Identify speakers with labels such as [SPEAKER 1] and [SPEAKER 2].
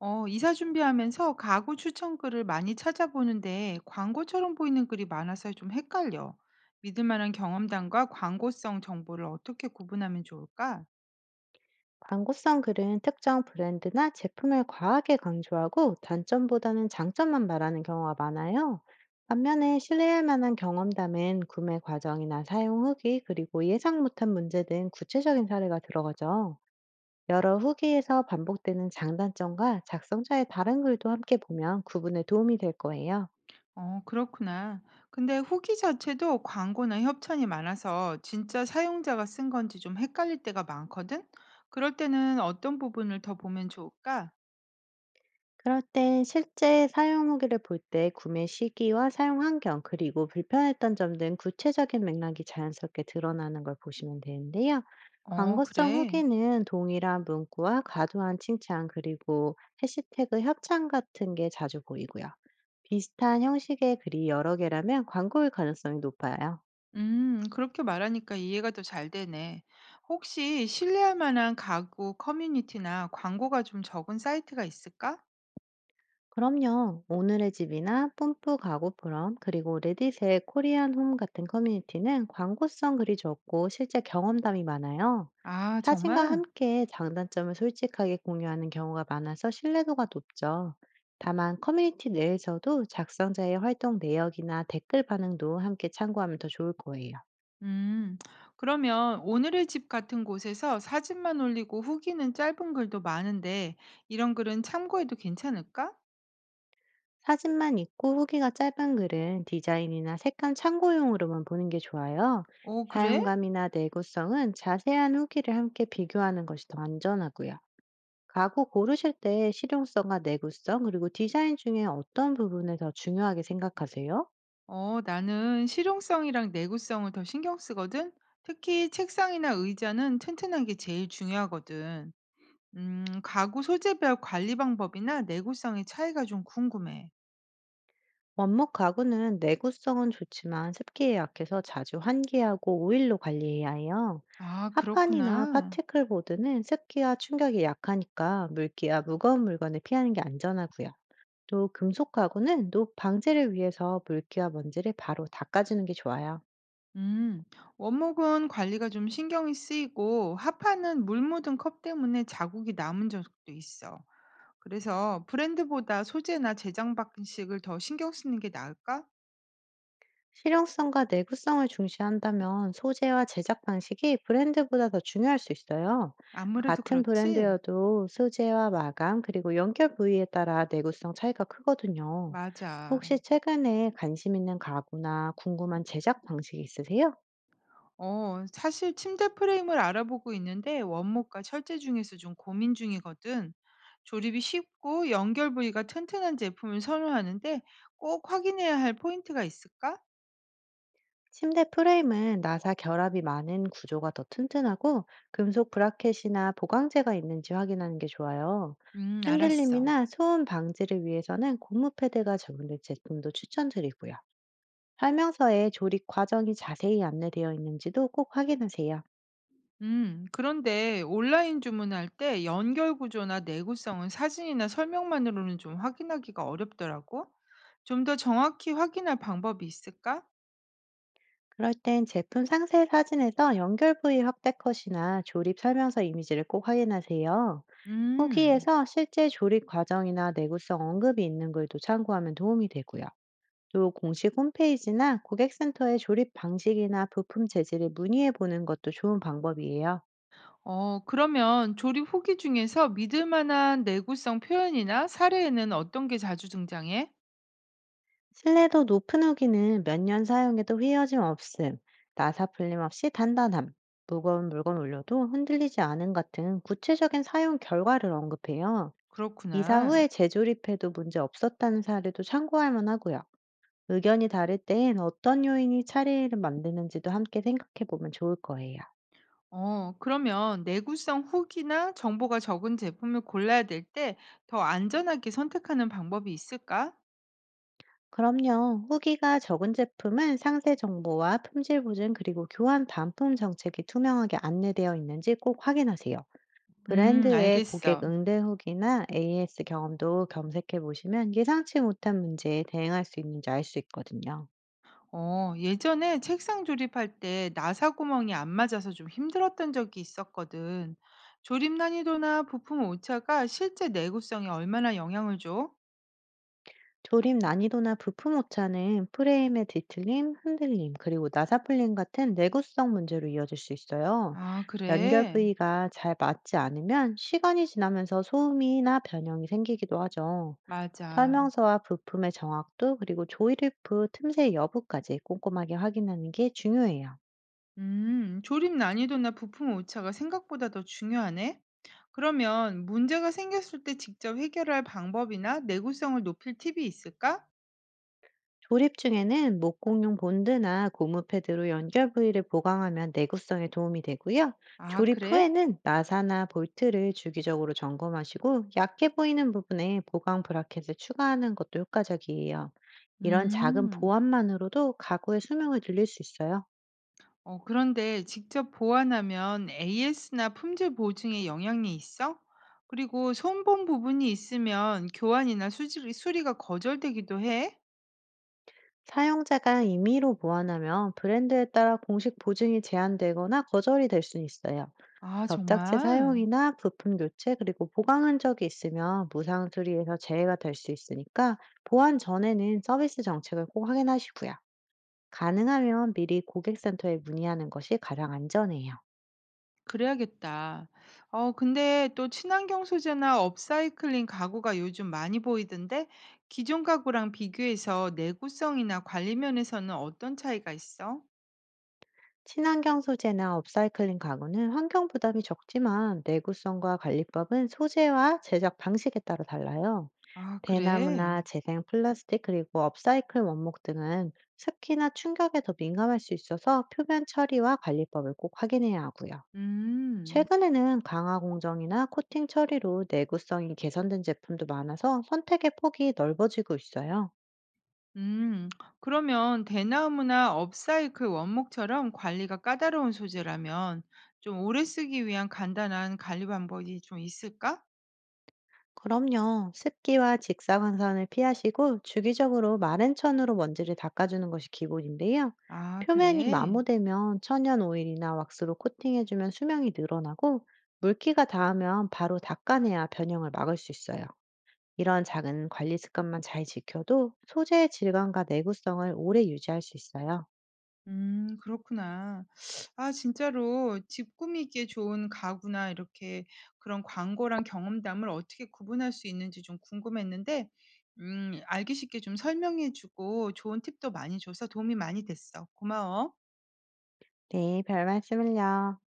[SPEAKER 1] 이사 준비하면서 가구 추천 글을 많이 찾아보는데 광고처럼 보이는 글이 많아서 좀 헷갈려. 믿을 만한 경험담과 광고성 정보를 어떻게 구분하면 좋을까?
[SPEAKER 2] 광고성 글은 특정 브랜드나 제품을 과하게 강조하고 단점보다는 장점만 말하는 경우가 많아요. 반면에 신뢰할 만한 경험담은 구매 과정이나 사용 후기 그리고 예상 못한 문제 등 구체적인 사례가 들어가죠. 여러 후기에서 반복되는 장단점과 작성자의 다른 글도 함께 보면 구분에 도움이 될 거예요.
[SPEAKER 1] 그렇구나. 근데 후기 자체도 광고나 협찬이 많아서 진짜 사용자가 쓴 건지 좀 헷갈릴 때가 많거든? 그럴 때는 어떤 부분을 더 보면 좋을까?
[SPEAKER 2] 그럴 땐 실제 사용 후기를 볼 때 구매 시기와 사용 환경, 그리고 불편했던 점 등 구체적인 맥락이 자연스럽게 드러나는 걸 보시면 되는데요.
[SPEAKER 1] 어,
[SPEAKER 2] 광고성
[SPEAKER 1] 그래.
[SPEAKER 2] 후기는 동일한 문구와 과도한 칭찬, 그리고 해시태그 협찬 같은 게 자주 보이고요. 비슷한 형식의 글이 여러 개라면 광고일 가능성이 높아요.
[SPEAKER 1] 그렇게 말하니까 이해가 더 잘 되네. 혹시 신뢰할 만한 가구 커뮤니티나 광고가 좀 적은 사이트가 있을까?
[SPEAKER 2] 그럼요. 오늘의 집이나 뿜뿌 가구프럼 그리고 레딧의 코리안 홈 같은 커뮤니티는 광고성 글이 적고 실제 경험담이 많아요.
[SPEAKER 1] 아,
[SPEAKER 2] 사진과
[SPEAKER 1] 정말?
[SPEAKER 2] 함께 장단점을 솔직하게 공유하는 경우가 많아서 신뢰도가 높죠. 다만 커뮤니티 내에서도 작성자의 활동 내역이나 댓글 반응도 함께 참고하면 더 좋을 거예요.
[SPEAKER 1] 음, 그러면 오늘의 집 같은 곳에서 사진만 올리고 후기는 짧은 글도 많은데 이런 글은 참고해도 괜찮을까?
[SPEAKER 2] 사진만 있고 후기가 짧은 글은 디자인이나 색감 참고용으로만 보는 게 좋아요.
[SPEAKER 1] 어, 그래?
[SPEAKER 2] 사용감이나 내구성은 자세한 후기를 함께 비교하는 것이 더 안전하고요. 가구 고르실 때 실용성과 내구성 그리고 디자인 중에 어떤 부분을 더 중요하게 생각하세요?
[SPEAKER 1] 나는 실용성이랑 내구성을 더 신경 쓰거든. 특히 책상이나 의자는 튼튼한 게 제일 중요하거든. 가구 소재별 관리 방법이나 내구성의 차이가 좀 궁금해.
[SPEAKER 2] 원목 가구는 내구성은 좋지만 습기에 약해서 자주 환기하고 오일로 관리해야 해요.
[SPEAKER 1] 아,
[SPEAKER 2] 합판이나
[SPEAKER 1] 그렇구나.
[SPEAKER 2] 파티클 보드는 습기와 충격이 약하니까 물기와 무거운 물건을 피하는 게 안전하고요. 또 금속 가구는 노 방제를 위해서 물기와 먼지를 바로 닦아주는 게 좋아요.
[SPEAKER 1] 음, 원목은 관리가 좀 신경이 쓰이고, 하판은 물 묻은 컵 때문에 자국이 남은 적도 있어. 그래서 브랜드보다 소재나 제작 방식을 더 신경 쓰는 게 나을까?
[SPEAKER 2] 실용성과 내구성을 중시한다면 소재와 제작 방식이 브랜드보다 더 중요할 수 있어요.
[SPEAKER 1] 아무래도
[SPEAKER 2] 같은
[SPEAKER 1] 그렇지?
[SPEAKER 2] 브랜드여도 소재와 마감 그리고 연결 부위에 따라 내구성 차이가 크거든요.
[SPEAKER 1] 맞아.
[SPEAKER 2] 혹시 최근에 관심 있는 가구나 궁금한 제작 방식이 있으세요?
[SPEAKER 1] 사실 침대 프레임을 알아보고 있는데 원목과 철제 중에서 좀 고민 중이거든. 조립이 쉽고 연결 부위가 튼튼한 제품을 선호하는데 꼭 확인해야 할 포인트가 있을까?
[SPEAKER 2] 침대 프레임은 나사 결합이 많은 구조가 더 튼튼하고 금속 브라켓이나 보강재가 있는지 확인하는 게 좋아요.
[SPEAKER 1] 알았어.
[SPEAKER 2] 흔들림이나 소음 방지를 위해서는 고무 패드가 적용된 제품도 추천드리고요. 설명서에 조립 과정이 자세히 안내되어 있는지도 꼭 확인하세요.
[SPEAKER 1] 그런데 온라인 주문할 때 연결 구조나 내구성은 사진이나 설명만으로는 좀 확인하기가 어렵더라고. 좀 더 정확히 확인할 방법이 있을까?
[SPEAKER 2] 그럴 땐 제품 상세 사진에서 연결 부위 확대 컷이나 조립 설명서 이미지를 꼭 확인하세요.
[SPEAKER 1] 음.
[SPEAKER 2] 후기에서 실제 조립 과정이나 내구성 언급이 있는 글도 참고하면 도움이 되고요. 또 공식 홈페이지나 고객센터의 조립 방식이나 부품 재질을 문의해 보는 것도 좋은 방법이에요.
[SPEAKER 1] 그러면 조립 후기 중에서 믿을 만한 내구성 표현이나 사례에는 어떤 게 자주 등장해?
[SPEAKER 2] 신뢰도 높은 후기는 몇 년 사용해도 휘어짐 없음, 나사 풀림 없이 단단함, 무거운 물건 올려도 흔들리지 않은 같은 구체적인 사용 결과를 언급해요. 이사
[SPEAKER 1] 그렇구나.
[SPEAKER 2] 후에 재조립해도 문제 없었다는 사례도 참고할 만하고요. 의견이 다를 땐 어떤 요인이 차이를 만드는지도 함께 생각해 보면 좋을 거예요.
[SPEAKER 1] 그러면 내구성 후기나 정보가 적은 제품을 골라야 될 때 더 안전하게 선택하는 방법이 있을까?
[SPEAKER 2] 그럼요. 후기가 적은 제품은 상세 정보와 품질 보증 그리고 교환 반품 정책이 투명하게 안내되어 있는지 꼭 확인하세요. 브랜드의 고객
[SPEAKER 1] 알겠어.
[SPEAKER 2] 응대 후기나 AS 경험도 검색해 보시면 예상치 못한 문제에 대응할 수 있는지 알 수 있거든요.
[SPEAKER 1] 예전에 책상 조립할 때 나사 구멍이 안 맞아서 좀 힘들었던 적이 있었거든. 조립 난이도나 부품 오차가 실제 내구성에 얼마나 영향을 줘?
[SPEAKER 2] 조립 난이도나 부품 오차는 프레임의 뒤틀림, 흔들림, 그리고 나사풀림 같은 내구성 문제로 이어질 수 있어요.
[SPEAKER 1] 아,
[SPEAKER 2] 연결
[SPEAKER 1] 그래.
[SPEAKER 2] 부위가 잘 맞지 않으면 시간이 지나면서 소음이나 변형이 생기기도 하죠.
[SPEAKER 1] 맞아.
[SPEAKER 2] 설명서와 부품의 정확도 그리고 조립 후 틈새 여부까지 꼼꼼하게 확인하는 게 중요해요.
[SPEAKER 1] 조립 난이도나 부품 오차가 생각보다 더 중요하네. 그러면 문제가 생겼을 때 직접 해결할 방법이나 내구성을 높일 팁이 있을까?
[SPEAKER 2] 조립 중에는 목공용 본드나 고무 패드로 연결 부위를 보강하면 내구성에 도움이 되고요.
[SPEAKER 1] 아,
[SPEAKER 2] 조립
[SPEAKER 1] 그래?
[SPEAKER 2] 후에는 나사나 볼트를 주기적으로 점검하시고 약해 보이는 부분에 보강 브라켓을 추가하는 것도 효과적이에요. 이런 작은
[SPEAKER 1] 음.
[SPEAKER 2] 보완만으로도 가구의 수명을 늘릴 수 있어요.
[SPEAKER 1] 그런데 직접 보완하면 AS나 품질 보증에 영향이 있어? 그리고 손본 부분이 있으면 교환이나 수리가 거절되기도 해?
[SPEAKER 2] 사용자가 임의로 보완하면 브랜드에 따라 공식 보증이 제한되거나 거절이 될 수 있어요.
[SPEAKER 1] 아,
[SPEAKER 2] 접착제
[SPEAKER 1] 정말?
[SPEAKER 2] 사용이나 부품 교체 그리고 보강 흔적이 있으면 무상 수리에서 제외가 될 수 있으니까 보완 전에는 서비스 정책을 꼭 확인하시고요. 가능하면 미리 고객센터에 문의하는 것이 가장 안전해요.
[SPEAKER 1] 그래야겠다. 근데 또 친환경 소재나 업사이클링 가구가 요즘 많이 보이던데 기존 가구랑 비교해서 내구성이나 관리 면에서는 어떤 차이가 있어?
[SPEAKER 2] 친환경 소재나 업사이클링 가구는 환경 부담이 적지만 내구성과 관리법은 소재와 제작 방식에 따라 달라요.
[SPEAKER 1] 아, 그래.
[SPEAKER 2] 대나무나 재생 플라스틱 그리고 업사이클 원목 등은 습기나 충격에 더 민감할 수 있어서 표면 처리와 관리법을 꼭 확인해야 하고요.
[SPEAKER 1] 음.
[SPEAKER 2] 최근에는 강화 공정이나 코팅 처리로 내구성이 개선된 제품도 많아서 선택의 폭이 넓어지고 있어요.
[SPEAKER 1] 음. 그러면 대나무나 업사이클 원목처럼 관리가 까다로운 소재라면 좀 오래 쓰기 위한 간단한 관리 방법이 좀 있을까?
[SPEAKER 2] 그럼요. 습기와 직사광선을 피하시고 주기적으로 마른 천으로 먼지를 닦아주는 것이 기본인데요.
[SPEAKER 1] 아,
[SPEAKER 2] 표면이
[SPEAKER 1] 그래.
[SPEAKER 2] 마모되면 천연 오일이나 왁스로 코팅해주면 수명이 늘어나고 물기가 닿으면 바로 닦아내야 변형을 막을 수 있어요. 이런 작은 관리 습관만 잘 지켜도 소재의 질감과 내구성을 오래 유지할 수 있어요.
[SPEAKER 1] 그렇구나. 아 진짜로 집 꾸미기에 좋은 가구나 이렇게 그런 광고랑 경험담을 어떻게 구분할 수 있는지 좀 궁금했는데 알기 쉽게 좀 설명해 주고 좋은 팁도 많이 줘서 도움이 많이 됐어. 고마워.
[SPEAKER 2] 네, 별 말씀을요.